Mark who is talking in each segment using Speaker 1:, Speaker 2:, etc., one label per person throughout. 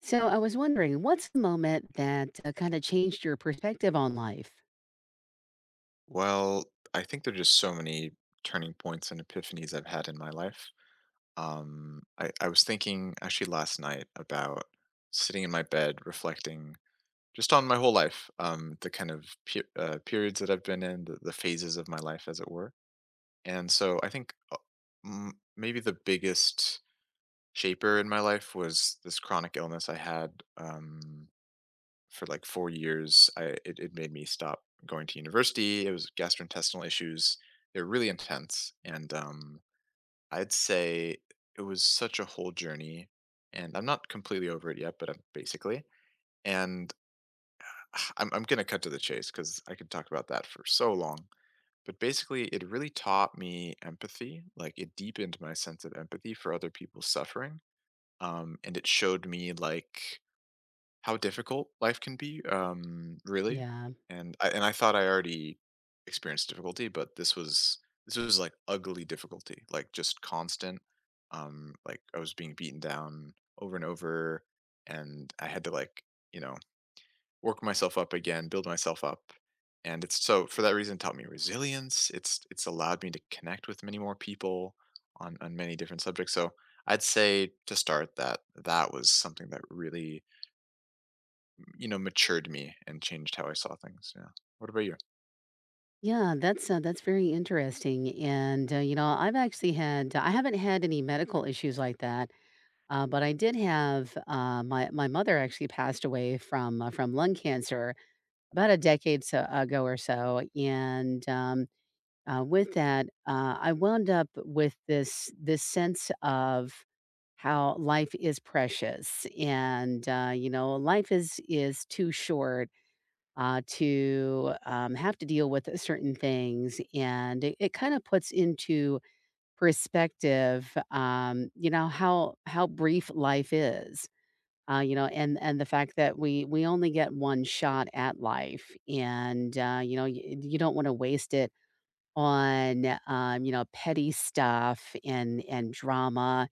Speaker 1: So I was wondering, what's the moment that kind of changed your perspective on life?
Speaker 2: Well, I think there are just so many turning points and epiphanies I've had in my life. I was thinking actually last night about sitting in my bed reflecting just on my whole life, the kind of periods that I've been in, the phases of my life, as it were. And so I think maybe the biggest shaper in my life was this chronic illness I had. Um, for like 4 years. It made me stop going to university. It was gastrointestinal issues. They're really intense, and I'd say it was such a whole journey. And I'm not completely over it yet, but I'm basically. And I'm gonna cut to the chase because I could talk about that for so long. But basically, it really taught me empathy. Like it deepened my sense of empathy for other people's suffering. And it showed me like how difficult life can be, really.
Speaker 1: Yeah.
Speaker 2: And I thought I already experienced difficulty, but this was like ugly difficulty, like just constant. Like I was being beaten down over and over, and I had to like you know work myself up again, build myself up. And it's so for that reason it taught me resilience. It's allowed me to connect with many more people on many different subjects. So I'd say to start that was something that really matured me and changed how I saw things. Yeah. What about you?
Speaker 1: Yeah, that's very interesting. And I haven't had any medical issues like that, but I did have my mother actually passed away from lung cancer about a decade so, ago or so, and with that, I wound up with this sense of how life is precious, and life is too short to have to deal with certain things, and it kind of puts into perspective, how brief life is. And the fact that we only get one shot at life, and you don't want to waste it on, petty stuff and drama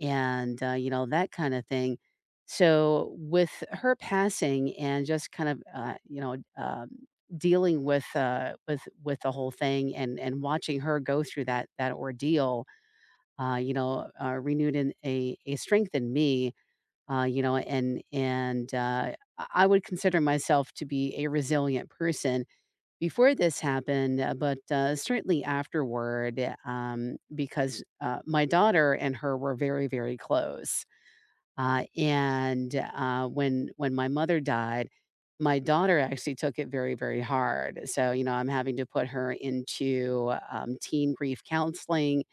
Speaker 1: and, that kind of thing. So with her passing and just kind of, dealing with the whole thing and watching her go through that ordeal, renewed in a strength in me, you know, and I would consider myself to be a resilient person before this happened, but certainly afterward, because my daughter and her were very, very close. And When my mother died, my daughter actually took it very, very hard. So you know, I'm having to put her into teen grief counseling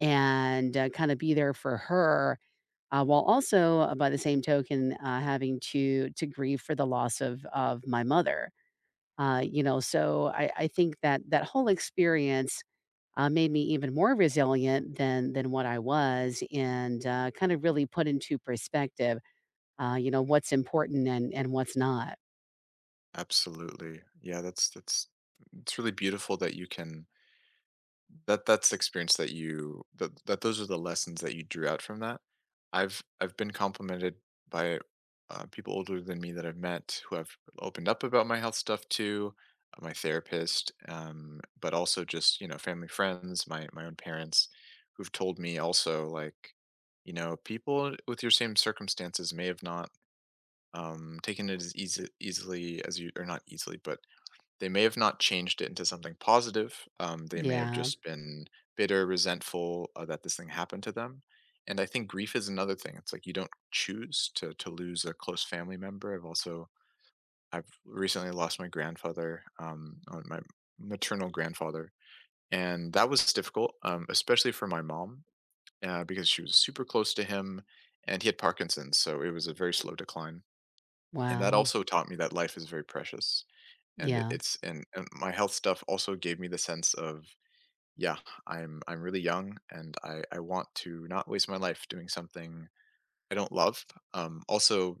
Speaker 1: and kind of be there for her. While also, by the same token, having to grieve for the loss of my mother so I think that that whole experience made me even more resilient than what I was, and kind of really put into perspective, what's important and what's not.
Speaker 2: Absolutely. Yeah, that's it's really beautiful that you can that's the experience that you that that those are the lessons that you drew out from that. I've been complimented by people older than me that I've met who have opened up about my health stuff to my therapist, but also just family friends, my own parents, who've told me also like, you know, people with your same circumstances may have not taken it as easily as you, or not easily, but they may have not changed it into something positive. They may have
Speaker 1: Yeah.
Speaker 2: just been bitter, resentful that this thing happened to them. And I think grief is another thing. It's like you don't choose to lose a close family member. I've recently lost my grandfather, my maternal grandfather, and that was difficult, especially for my mom because she was super close to him, and he had Parkinson's, so it was a very slow decline, and that
Speaker 1: Wow.
Speaker 2: also taught me that life is very precious, and it
Speaker 1: Yeah.
Speaker 2: it's and my health stuff also gave me the sense of, yeah, I'm really young, and I want to not waste my life doing something I don't love. Also,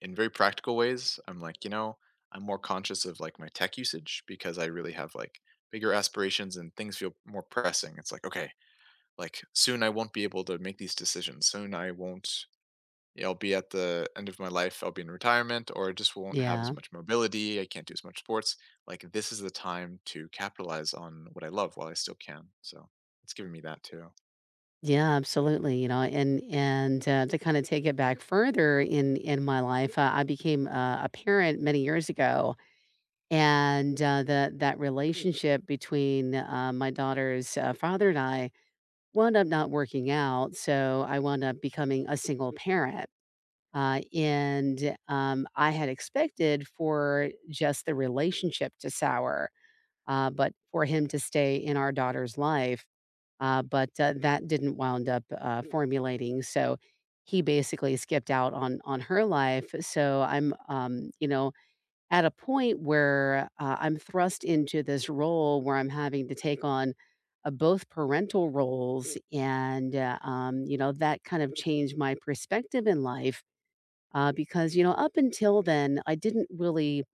Speaker 2: in very practical ways, I'm like, you know, I'm more conscious of, like, my tech usage because I really have, like, bigger aspirations and things feel more pressing. It's like, "Okay, like, soon I won't be able to make these decisions. Soon I won't yeah, I'll be at the end of my life, I'll be in retirement, or I just won't have as
Speaker 1: Yeah.
Speaker 2: much mobility, I can't do as much sports. Like this is the time to capitalize on what I love while I still can. So it's giving me that too."
Speaker 1: Yeah. Absolutely. You know, and To kind of take it back further in my life, I became a parent many years ago, and that that relationship between my daughter's father and I wound up not working out, so I wound up becoming a single parent. And I had expected for just the relationship to sour, but for him to stay in our daughter's life. But That didn't wound up formulating. So he basically skipped out on her life. So I'm, at a point where I'm thrust into this role where I'm having to take on both parental roles, and that kind of changed my perspective in life because you know up until then I didn't really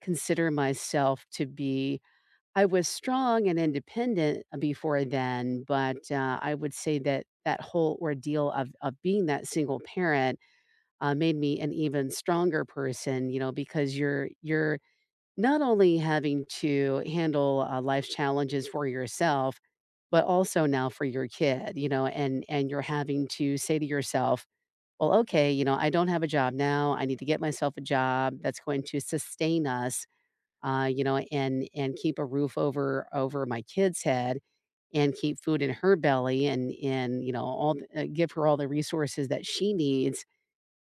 Speaker 1: consider myself to be. I was strong and independent before then, but I would say that that whole ordeal of being that single parent made me an even stronger person. You know, because you're not only having to handle, life's challenges for yourself, but also now for your kid, you know, and you're having to say to yourself, "Well, okay, you know, I don't have a job now. I need to get myself a job that's going to sustain us, and keep a roof over over my kid's head and keep food in her belly and, you know, all the give her all the resources that she needs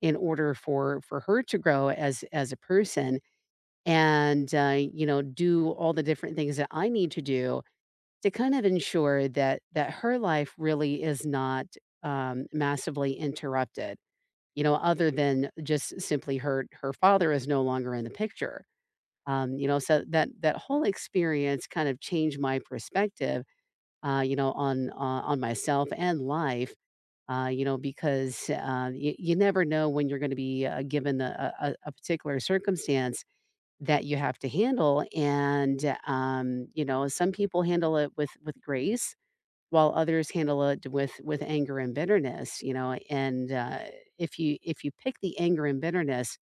Speaker 1: in order for her to grow as a person." And do all the different things that I need to do to kind of ensure that that her life really is not massively interrupted, you know, other than just simply her her father is no longer in the picture. So that that whole experience kind of changed my perspective on myself and life, because you never know when you're going to be given the, a particular circumstance that you have to handle and, some people handle it with grace, while others handle it with anger and bitterness, you know, and, if you pick the anger and bitterness,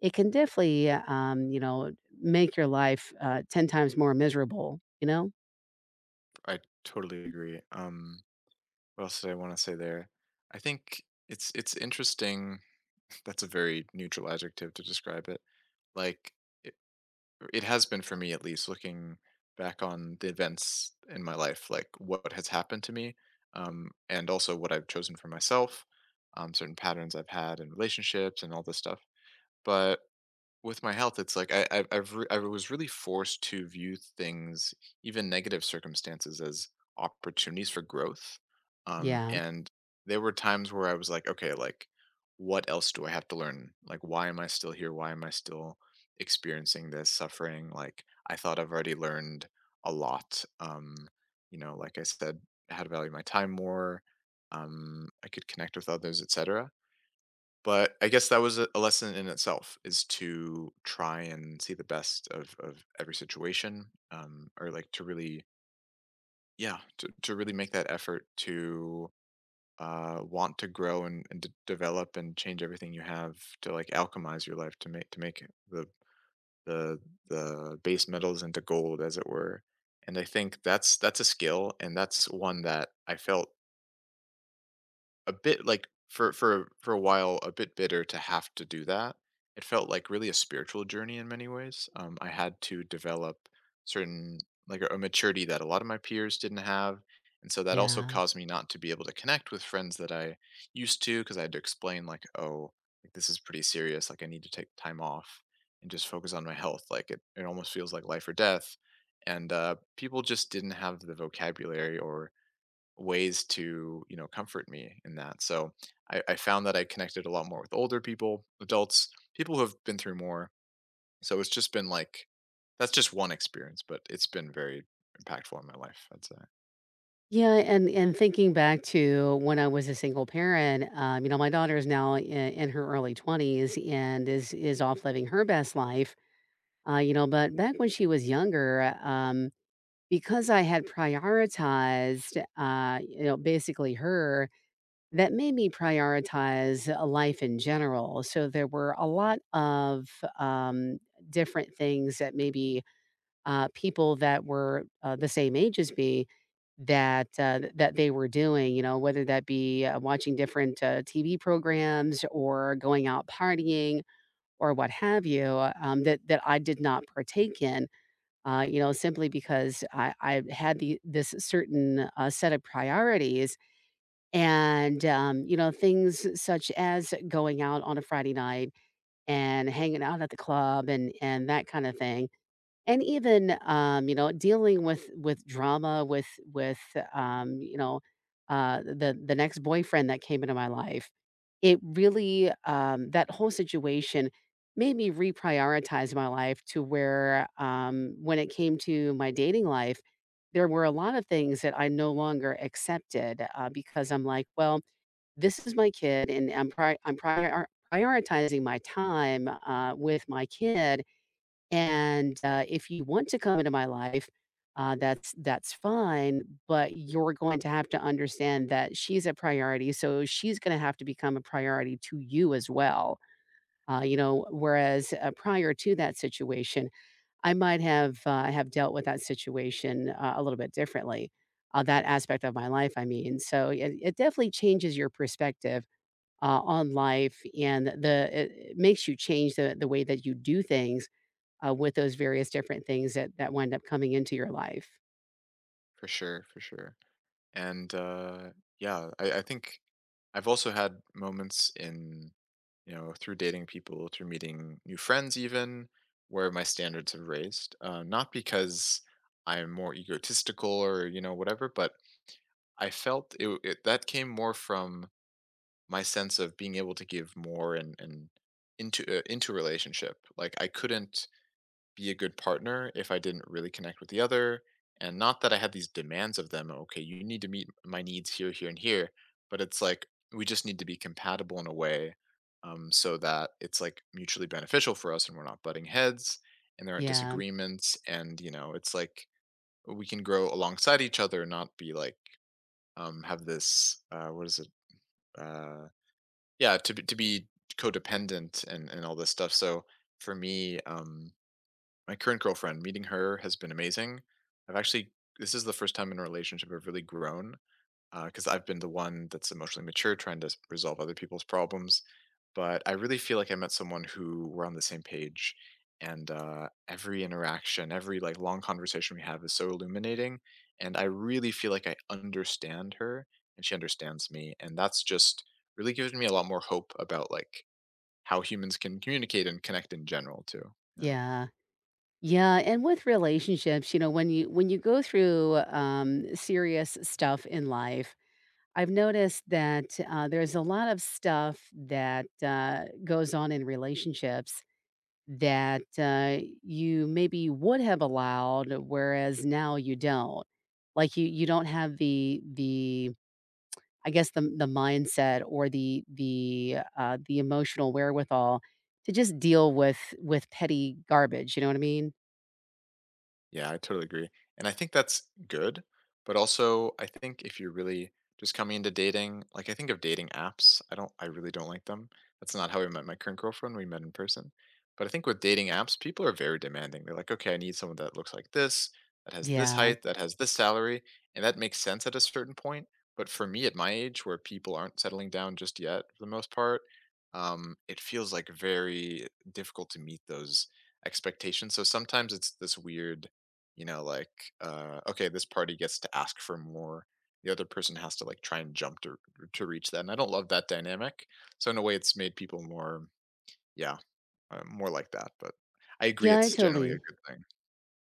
Speaker 1: it can definitely, make your life, 10 times more miserable, you know?
Speaker 2: I totally agree. What else did I want to say there? I think it's interesting. That's a very neutral adjective to describe it. Like it has been for me at least looking back on the events in my life like what has happened to me, and also what I've chosen for myself, certain patterns I've had in relationships and all this stuff. But with my health, it's like I was really forced to view things, even negative circumstances, as opportunities for growth.
Speaker 1: Yeah,
Speaker 2: And there were times where I was like, okay, like what else do I have to learn? Like, why am I still here? Why am I still experiencing this suffering? Like, I thought I've already learned a lot. You know, like I said, how to value my time more. I could connect with others, etc, but I guess that was a lesson in itself is to try and see the best of every situation, or like to really, yeah, to really make that effort to want to grow, and to develop and change. Everything you have to like alchemize your life to make the the the base metals into gold, as it were. And I think that's a skill, and that's one that I felt a bit like for a while a bit bitter to have to do that. It felt like really a spiritual journey in many ways. I had to develop certain, like a maturity that a lot of my peers didn't have, and so that also
Speaker 1: yeah.
Speaker 2: caused me not to be able to connect with friends that I used to, because I had to explain like, oh, like this is pretty serious. Like I need to take time off and just focus on my health. Like it almost feels like life or death. And people just didn't have the vocabulary or ways to comfort me in that. So I found that I connected a lot more with older people, adults, people who have been through more. So it's just been like, that's just one experience, but it's been very impactful in my life, I'd say.
Speaker 1: Yeah, and thinking back to when I was a single parent, my daughter is now in her early 20s and is off living her best life. But back when she was younger, because I had prioritized, basically her, that made me prioritize life in general. So there were a lot of um, different things that maybe people that were the same age as me that that they were doing, you know, whether that be watching different TV programs or going out partying or what have you that that I did not partake in simply because I had the this certain set of priorities, and things such as going out on a Friday night and hanging out at the club and that kind of thing and even, dealing with drama with, um, you know, the next boyfriend that came into my life, it really, that whole situation made me reprioritize my life to where, when it came to my dating life, there were a lot of things that I no longer accepted, because I'm like, "Well, this is my kid, and I'm pri I'm prior prioritizing my time, with my kid." And, if you want to come into my life, that's fine, but you're going to have to understand that she's a priority, so she's gonna have to become a priority to you as well. You know, whereas, prior to that situation, I might have dealt with that situation, a little bit differently, that aspect of my life, I mean. So it definitely changes your perspective, on life and the it makes you change the way that you do things with those various different things that that wind up coming into your life.
Speaker 2: For sure, for sure. And uh, yeah, I think I've also had moments in, you know, through dating people, through meeting new friends even, where my standards have raised, not because I'm more egotistical or you know whatever, but I felt it, it that came more from my sense of being able to give more, and into a relationship. Like I couldn't be a good partner if I didn't really connect with the other, and not that I had these demands of them. Okay, you need to meet my needs here, here, and here. But it's like we just need to be compatible in a way, so that it's like mutually beneficial for us, and we're not butting heads, and there aren't
Speaker 1: Yeah.
Speaker 2: disagreements, and you know, it's like we can grow alongside each other, not be like, have this what is it? Uh, yeah, to to be codependent and all this stuff. So for me, my current girlfriend, meeting her has been amazing. I've actually, this is the first time in a relationship I've really grown, because I've been the one that's emotionally mature trying to resolve other people's problems. But I really feel like I met someone who we're on the same page, and every interaction, every like long conversation we have is so illuminating. And I really feel like I understand her, and she understands me, and that's just really given me a lot more hope about like how humans can communicate and connect in general too. Yeah.
Speaker 1: Yeah. Yeah, and with relationships, you know, when you go through serious stuff in life, I've noticed that there's a lot of stuff that goes on in relationships that you maybe would have allowed, whereas now you don't. Like you don't have the I guess the, mindset or the emotional wherewithal to just deal with petty garbage, you know what I mean?
Speaker 2: Yeah, I totally agree. And I think that's good. But also, I think if you're really just coming into dating, like I think of dating apps, I really don't like them. That's not how we met my current girlfriend. We met in person. But I think with dating apps, people are very demanding. They're like, okay, I need someone that looks like this, that has this
Speaker 1: Yeah.
Speaker 2: height, that has this salary. And that makes sense at a certain point. But for me at my age, where people aren't settling down just yet for the most part, it feels like very difficult to meet those expectations. So sometimes it's this weird, you know, like, okay, this party gets to ask for more. The other person has to like try and jump to reach that, and I don't love that dynamic. So in a way, it's made people more, yeah, more like that. But I agree,
Speaker 1: Yeah, I
Speaker 2: it's generally a
Speaker 1: totally
Speaker 2: good thing.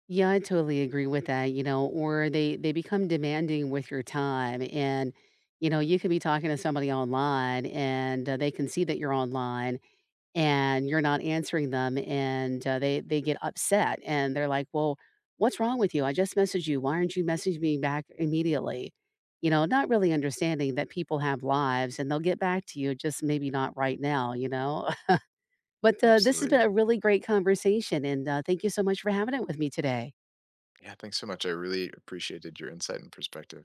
Speaker 1: yeah, I totally agree with that, you know, or they become demanding with your time and, you know, you could be talking to somebody online and, they can see that you're online and you're not answering them and, they get upset and they're like, "Well, what's wrong with you? I just messaged you. Why aren't you messaging me back immediately?" You know, not really understanding that people have lives and they'll get back to you, just maybe not right now, you know? But, this has
Speaker 2: Absolutely.
Speaker 1: been a really great conversation, and, thank you so much for having it with me today.
Speaker 2: Yeah, thanks so much. I really appreciated your insight and perspective.